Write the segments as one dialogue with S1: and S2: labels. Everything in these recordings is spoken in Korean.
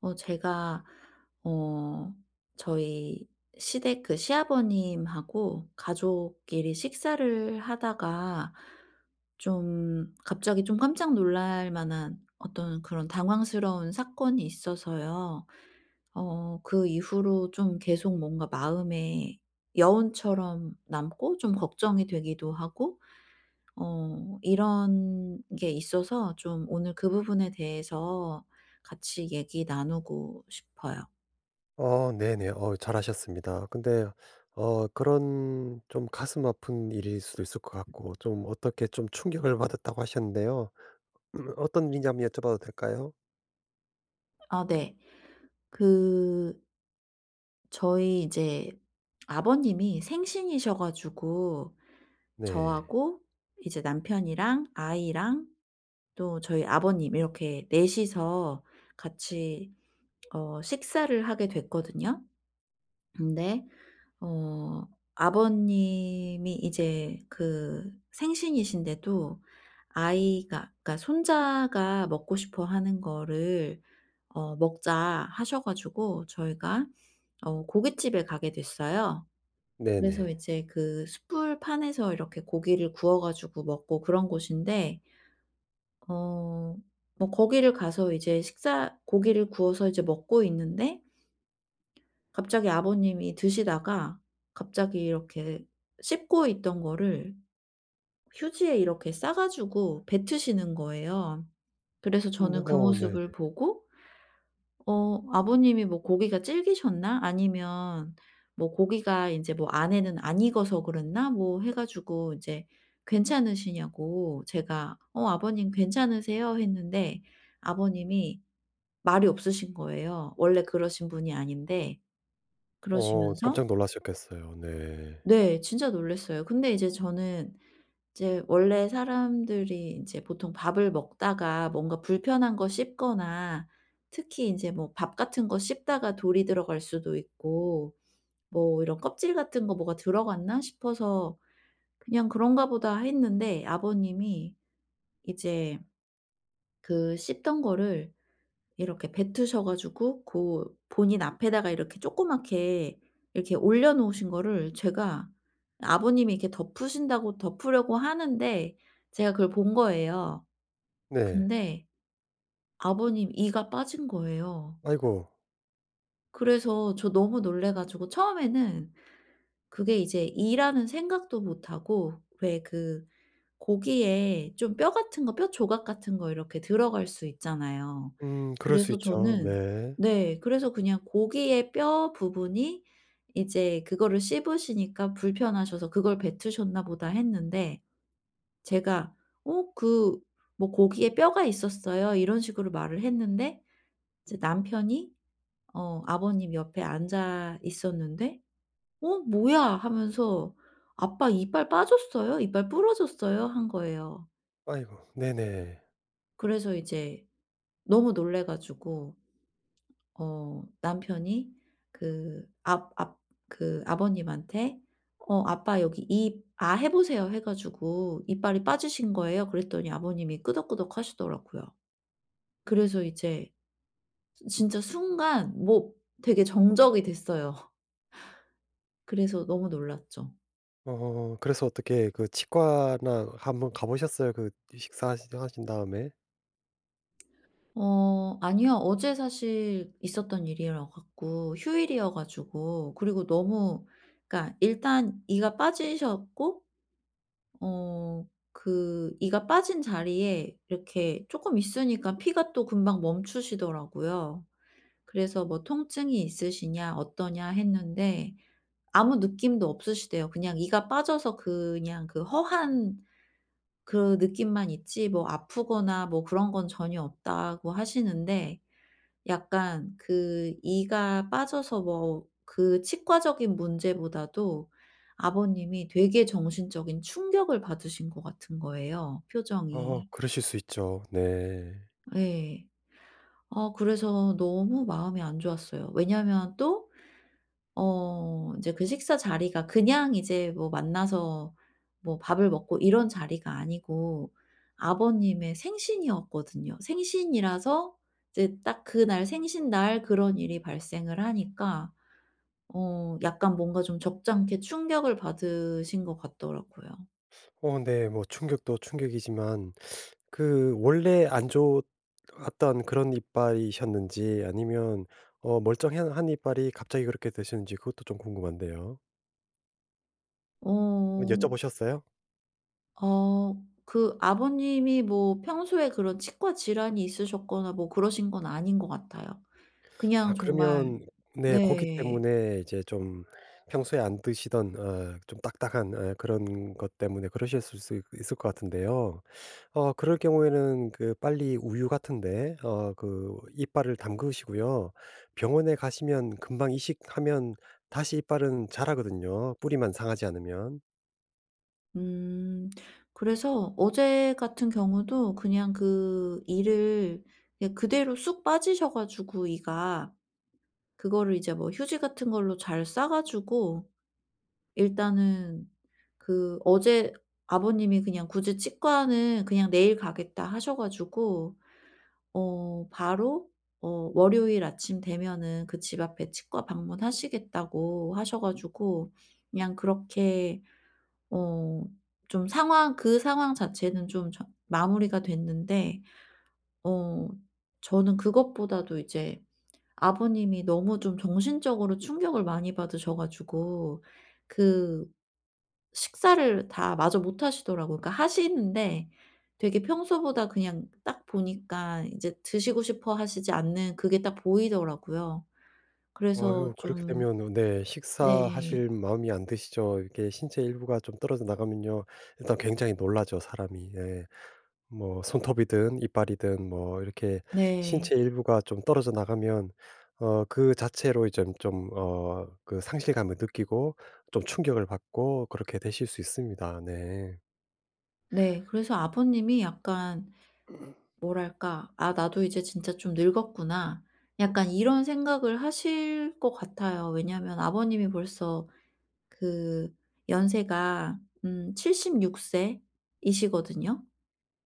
S1: 제가 어 저희 시댁 그 시아버님하고 가족끼리 식사를 하다가 좀 갑자기 좀 깜짝 놀랄 만한 어떤 그런 당황스러운 사건이 있어서요. 그 이후로 좀 계속 뭔가 마음에 여운처럼 남고 좀 걱정이 되기도 하고 이런 게 있어서 좀 오늘 그 부분에 대해서 같이 얘기 나누고 싶어요.
S2: 네네. 잘하셨습니다. 근데 그런 좀 가슴 아픈 일일 수도 있을 것 같고 좀 어떻게 좀 충격을 받았다고 하셨는데요. 어떤 일인지 한번 여쭤봐도 될까요?
S1: 아, 네. 그 저희 이제 아버님이 생신이셔 가지고
S2: 네.
S1: 저하고 이제 남편이랑 아이랑 또 저희 아버님 이렇게 넷 이서 같이 식사를 하게 됐거든요. 근데 어 아버님이 이제 그 생신이신데도 아이가, 그러니까 손자가 먹고 싶어 하는 거를 "먹자." 하셔 가지고 저희가 고깃집에 가게 됐어요. 그래서
S2: 네네.
S1: 이제 그 숯불판에서 이렇게 고기를 구워 가지고 먹고 그런 곳인데, 어 뭐 거기를 가서 이제 식사 고기를 구워서 이제 먹고 있는데, 갑자기 아버님이 드시다가 갑자기 이렇게 씹고 있던 거를 휴지에 이렇게 싸 가지고 뱉으시는 거예요. 그래서 저는 그
S2: 네네.
S1: 모습을 보고 아버님이 뭐 고기가 질기셨나, 아니면 뭐 고기가 인제 뭐 안에는 안 익어서 그랬나, 뭐 해 가지고 이제 괜찮으시냐고 제가 "어 아버님 괜찮으세요?" 했는데 아버님이 말이 없으신 거예요. 원래 그러신 분이 아닌데.
S2: 어
S1: 그러시면서,
S2: 깜짝 놀라셨겠어요. 네.
S1: 네. 진짜 놀랐어요. 근데 이제 저는 이제 원래 사람들이 인제 보통 밥을 먹다가 뭔가 불편한 거 씹거나, 특히 인제 뭐 밥 같은 거 씹다가 돌이 들어갈 수도 있고 뭐 이런 껍질 같은 거 뭐가 들어갔나 싶어서 그냥 '그런가 보다.' 했는데, 아버님이 이제 그 씹던 거를 이렇게 뱉으셔 가지고 고 본인 앞에다가 이렇게 조그맣게 이렇게 올려 놓으신 거를, 제가, 아버님이 이렇게 덮으신다고 덮으려고 하는데 제가 그걸 본 거예요.
S2: 네.
S1: 근데 아버님 이가 빠진 거예요.
S2: 아이고.
S1: 그래서 저 너무 놀래 가지고 처음에는 그게 이제 이라는 생각도 못 하고, 왜그 고기에 좀 뼈 같은 거, 뼈 조각 같은 거 이렇게 들어갈 수 있잖아요.
S2: 그럴 수
S1: 그래서
S2: 있죠.
S1: 저는,
S2: 네.
S1: 네, 그래서 그냥 고기의 뼈 부분이 이제 그거를 씹으시니까 불편하셔서 '그걸 뱉으셨나 보다.' 했는데, 제가 "어 그 뭐 고기에 뼈가 있었어요." 이런 식으로 말을 했는데, 이제 남편이 아버님 옆에 앉아 있었는데 "어 뭐야?" 하면서 "아빠 이빨 빠졌어요? 이빨 부러졌어요?" 한 거예요.
S2: 아이고 네네.
S1: 그래서 이제 너무 놀래 가지고 남편이 그 아 아 그 아버님한테 "어 아빠 여기 입 아 해 보세요." 해 가지고 이빨이 빠지신 거예요. 그랬더니 아버님이 끄덕끄덕 하시더라고요. 그래서 이제 지 진짜 순간 뭐 되게 정적이 됐어요. 그래서 너무 놀랐죠.
S2: 어 그래서 어떻게 그 치과나 한번 가 보셨어요? 그 식사 하신 다음에?
S1: 아니요. 어제 사실 있었던 일이라 갖고 휴일이어 가지고, 그리고 너무, 그러니까 일단 이가 빠지셨고, 어 그 이가 빠진 자리에 이렇게 조금 있으니까 피가 또 금방 멈추시더라고요. 그래서 뭐 "통증이 있으시냐? 어떠냐?" 했는데 아무 느낌도 없으시대요. 그냥 이가 빠져서 그냥 그 허한 그 느낌만 있지 뭐 아프거나 뭐 그런 건 전혀 없다고 하시는데, 약간 그 이가 빠져서 뭐 그 치과적인 문제보다도 아버님이 되게 정신적인 충격을 받으신 것 같은 거예요,
S2: 어
S1: 표정이.
S2: 그러실 수 있죠. 네.
S1: 예. 그래서 너무 마음이 안 좋았어요. 왜냐하면 또 인제 그 식사 자리가 그냥 이제 뭐 만나서 뭐 밥을 먹고 이런 자리가 아니고 아버님의 생신이었거든요. 생신이라서 이제 딱 그날 생신날 그런 일이 발생을 하니까 약간 뭔가 좀 적잖게 충격을 받으신 것 같더라고요.
S2: 어 네. 뭐 충격도 충격이지만 그 원래 안 좋았던 그런 이빨이셨는지 아니면 멀쩡한 한 이빨이 갑자기 그렇게 되셨는지 그것도 좀 궁금한데요. 한번
S1: 어.
S2: 여쭤보셨어요?
S1: 어 그 아버님이 뭐 평소에 그런 치과 질환이 있으셨거나 뭐 그러신 건 아닌 것 같아요.
S2: 아
S1: 그냥 정말,
S2: 그러면 네 고기
S1: 네.
S2: 때문에 이제 좀 평소에 안 드시던 좀 딱딱한 어, 그런 것 때문에 그러셨을 있을 것 같은데요. 어 그럴 경우에는 그 빨리 우유 같은데 어 그 이빨을 담그시고요. 병원에 가시면 금방 이식하면 다시 이빨은 자라거든요, 뿌리만 상하지 않으면.
S1: 음 그래서 어제 같은 경우도 그냥 그 이를 그냥 그대로 쑥 빠지셔 가지고, 이가, 그거를 이제 뭐 휴지 같은 걸로 잘 싸 가지고 일단은, 그 어제 아버님이 그냥 굳이 치과는 그냥 "내일 가겠다." 하셔 가지고 바로 월요일 아침 되면은 그 집 앞에 치과 방문하시겠다고 하셔 가지고 그냥 그렇게, 어 좀 상황 그 상황 자체는 좀 저 마무리가 됐는데, 어 저는 그것보다도 이제 아버님이 너무 좀 정신적으로 충격을 많이 받으셔 가지고 그 식사를 다 마저 못 하시더라고요. 그러니까 하시는데 되게 평소보다 그냥 딱 보니까 이제 드시고 싶어 하시지 않는 그게 딱 보이더라고요.
S2: 어
S1: 그래서
S2: 휴 그렇게
S1: 좀,
S2: 되면 네
S1: 네.
S2: 식사하실 마음이 안 드시죠. 이게 신체 일부가 좀 떨어져 나가면요, 일단 굉장히 놀라죠, 사람이. 예. 뭐 손톱이든 이빨이든 뭐 이렇게
S1: 네.
S2: 신체 일부가 좀 떨어져 나가면 그 자체로 이제 그 상실감을 느끼고 좀 충격을 받고 그렇게 되실 수 있습니다. 네.
S1: 네. 그래서 아버님이 약간 뭐랄까 '아 나도 이제 진짜 좀 늙었구나.' 약간 이런 생각을 하실 것 같아요. 왜냐하면 아버님이 벌써 그 연세가 76 세이시거든요.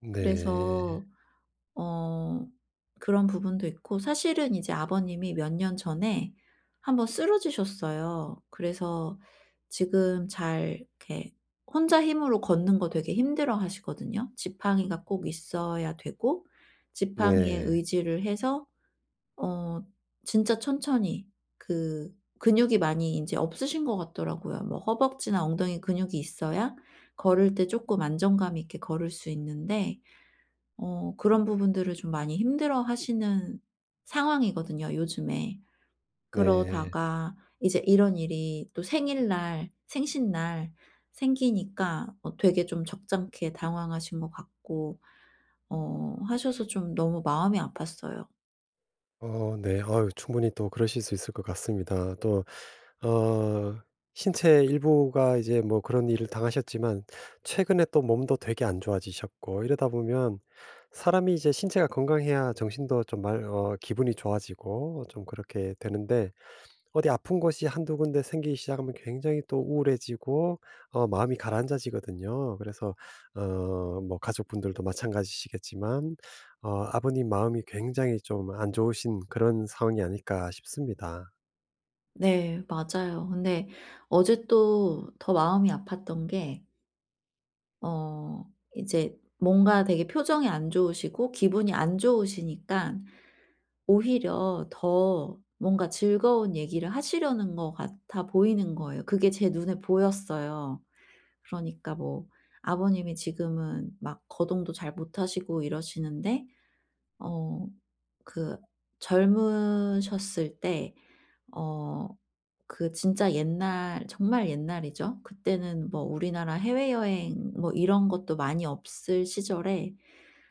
S2: 네.
S1: 그래서 어 그런 부분도 있고 사실은 이제 아버님이 몇 년 전에 한번 쓰러지셨어요. 그래서 지금 잘 이렇게 혼자 힘으로 걷는 거 되게 힘들어하시거든요. 지팡이가 꼭 있어야 되고 지팡이에
S2: 네.
S1: 의지를 해서 어 진짜 천천히, 그 근육이 많이 이제 없으신 것 같더라고요. 뭐 허벅지나 엉덩이 근육이 있어야 걸을 때 조금 안정감 있게 걸을 수 있는데 그런 부분들을 좀 많이 힘들어하시는 상황이거든요 요즘에.
S2: 네.
S1: 그러다가 이제 이런 일이 또 생일날, 생신날 생기니까 되게 좀 적잖게 당황하신 것 같고, 하셔서 좀 너무 마음이 아팠어요.
S2: 어 네. 아유 충분히 또 그러실 수 있을 것 같습니다. 또 어 신체 일부가 이제 뭐 그런 일을 당하셨지만 최근에 또 몸도 되게 안 좋아지셨고 이러다 보면 사람이 이제 신체가 건강해야 정신도 좀 말, 어 기분이 좋아지고 좀 그렇게 되는데 어디 아픈 곳이 한두 군데 생기기 시작하면 굉장히 또 우울해지고 마음이 가라앉아지거든요. 그래서 어 뭐 가족분들도 마찬가지시겠지만 아버님 마음이 굉장히 좀 안 좋으신 그런 상황이 아닐까 싶습니다.
S1: 네, 맞아요. 근데 어제 또 더 마음이 아팠던 게, 어 이제 뭔가 되게 표정이 안 좋으시고 기분이 안좋으시니까 오히려 더 뭔가 즐거운 얘기를 하시려는 것 같아 보이는 거예요. 그게 제 눈에 보였어요. 그러니까 뭐 아버님이 지금은 막 거동도 잘 못하시고 이러시는데, 어 그 젊으셨을 때, 어 그 진짜 옛날, 정말 옛날이죠. 그때는 뭐 우리나라 해외여행 뭐 이런 것도 많이 없을 시절에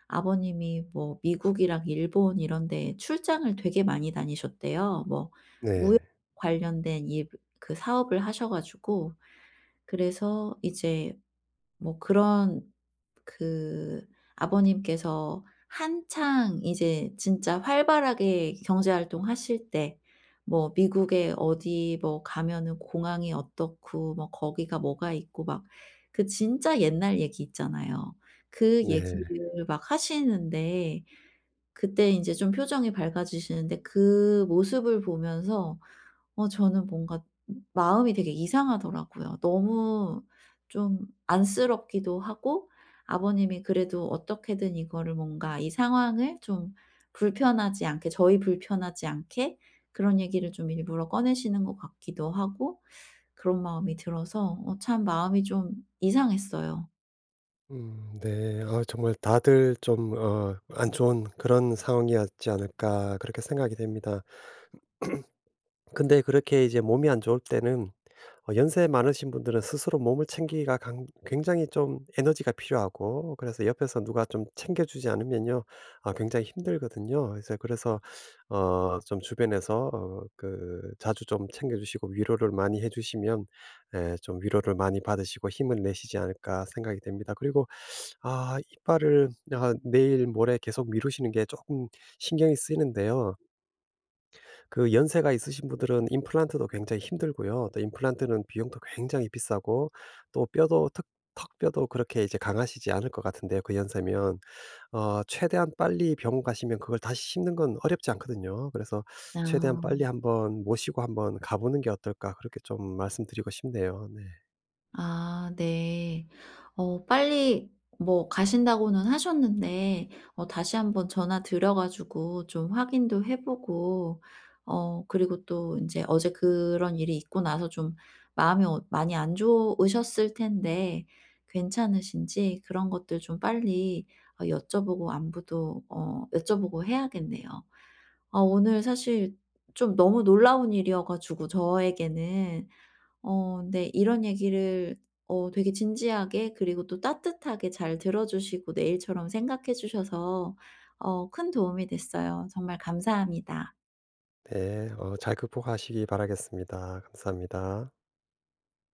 S1: 아버님이 뭐 미국이랑 일본 이런 데 출장을 되게 많이 다니셨대요. 뭐 무역
S2: 네.
S1: 관련된 일, 그 사업을 하셔 가지고, 그래서 이제 뭐 그런, 그 아버님께서 한창 이제 진짜 활발하게 경제 활동하실 때 뭐 미국에 어디 뭐 가면은 공항이 어떻고 뭐 거기가 뭐가 있고 막 그 진짜 옛날 얘기 있잖아요. 그
S2: 네.
S1: 얘기를 막 하시는데 그때 인제 좀 표정이 밝아지시는데, 그 모습을 보면서 저는 뭔가 마음이 되게 이상하더라고요. 너무 좀 안쓰럽기도 하고, 아버님이 그래도 어떻게든 이거를 뭔가 이 상황을 좀 불편하지 않게 저희 불편하지 않게 그런 얘기를 좀 일부러 꺼내시는 것 같기도 하고, 그런 마음이 들어서 참 마음이 좀 이상했어요.
S2: 네. 아 정말 다들 좀 어 안 좋은 그런 상황이었지 않을까 그렇게 생각이 됩니다. 근데 그렇게 이제 몸이 안 좋을 때는 연세 많으신 분들은 스스로 몸을 챙기기가 강 굉장히 좀 에너지가 필요하고, 그래서 옆에서 누가 좀 챙겨 주지 않으면요 아 굉장히 힘들거든요. 그래서 어 좀 주변에서 그 자주 좀 챙겨 주시고 위로를 많이 해 주시면 예 좀 '위로를 많이 받으시고 힘을 내시지 않을까.' 생각이 됩니다. 그리고 아 이빨을 아 내일 모레 계속 미루시는 게 조금 신경이 쓰이는데요. 그 연세가 있으신 분들은 임플란트도 굉장히 힘들고요. 또 임플란트는 비용도 굉장히 비싸고 또 뼈도 턱 턱뼈도 그렇게 이제 강하시지 않을 것 같은데요, 그 연세면. 어 최대한 빨리 병원 가시면 그걸 다시 심는 건 어렵지 않거든요. 그래서 '최대한 빨리
S1: 아.
S2: 한번 모시고 한번 가 보는 게 어떨까.' 그렇게 좀 말씀드리고 싶네요. 네.
S1: 아, 네. 빨리 뭐 가신다고는 하셨는데 다시 한번 전화 드려 가지고 좀 확인도 해 보고, 그리고 또 이제 어제 그런 일이 있고 나서 좀 마음이 많이 안 좋으셨을 텐데 괜찮으신지, 그런 것들 좀 빨리 여쭤보고 안부도 여쭤보고 해야겠네요. 아, 오늘 사실 좀 너무 놀라운 일이어 가지고 저에게는, 네, 이런 얘기를 되게 진지하게 그리고 또 따뜻하게 잘 들어 주시고 내 일처럼 생각해 주셔서 큰 도움이 됐어요. 정말 감사합니다.
S2: 네. 어 잘 극복하시기 바라겠습니다. 감사합니다.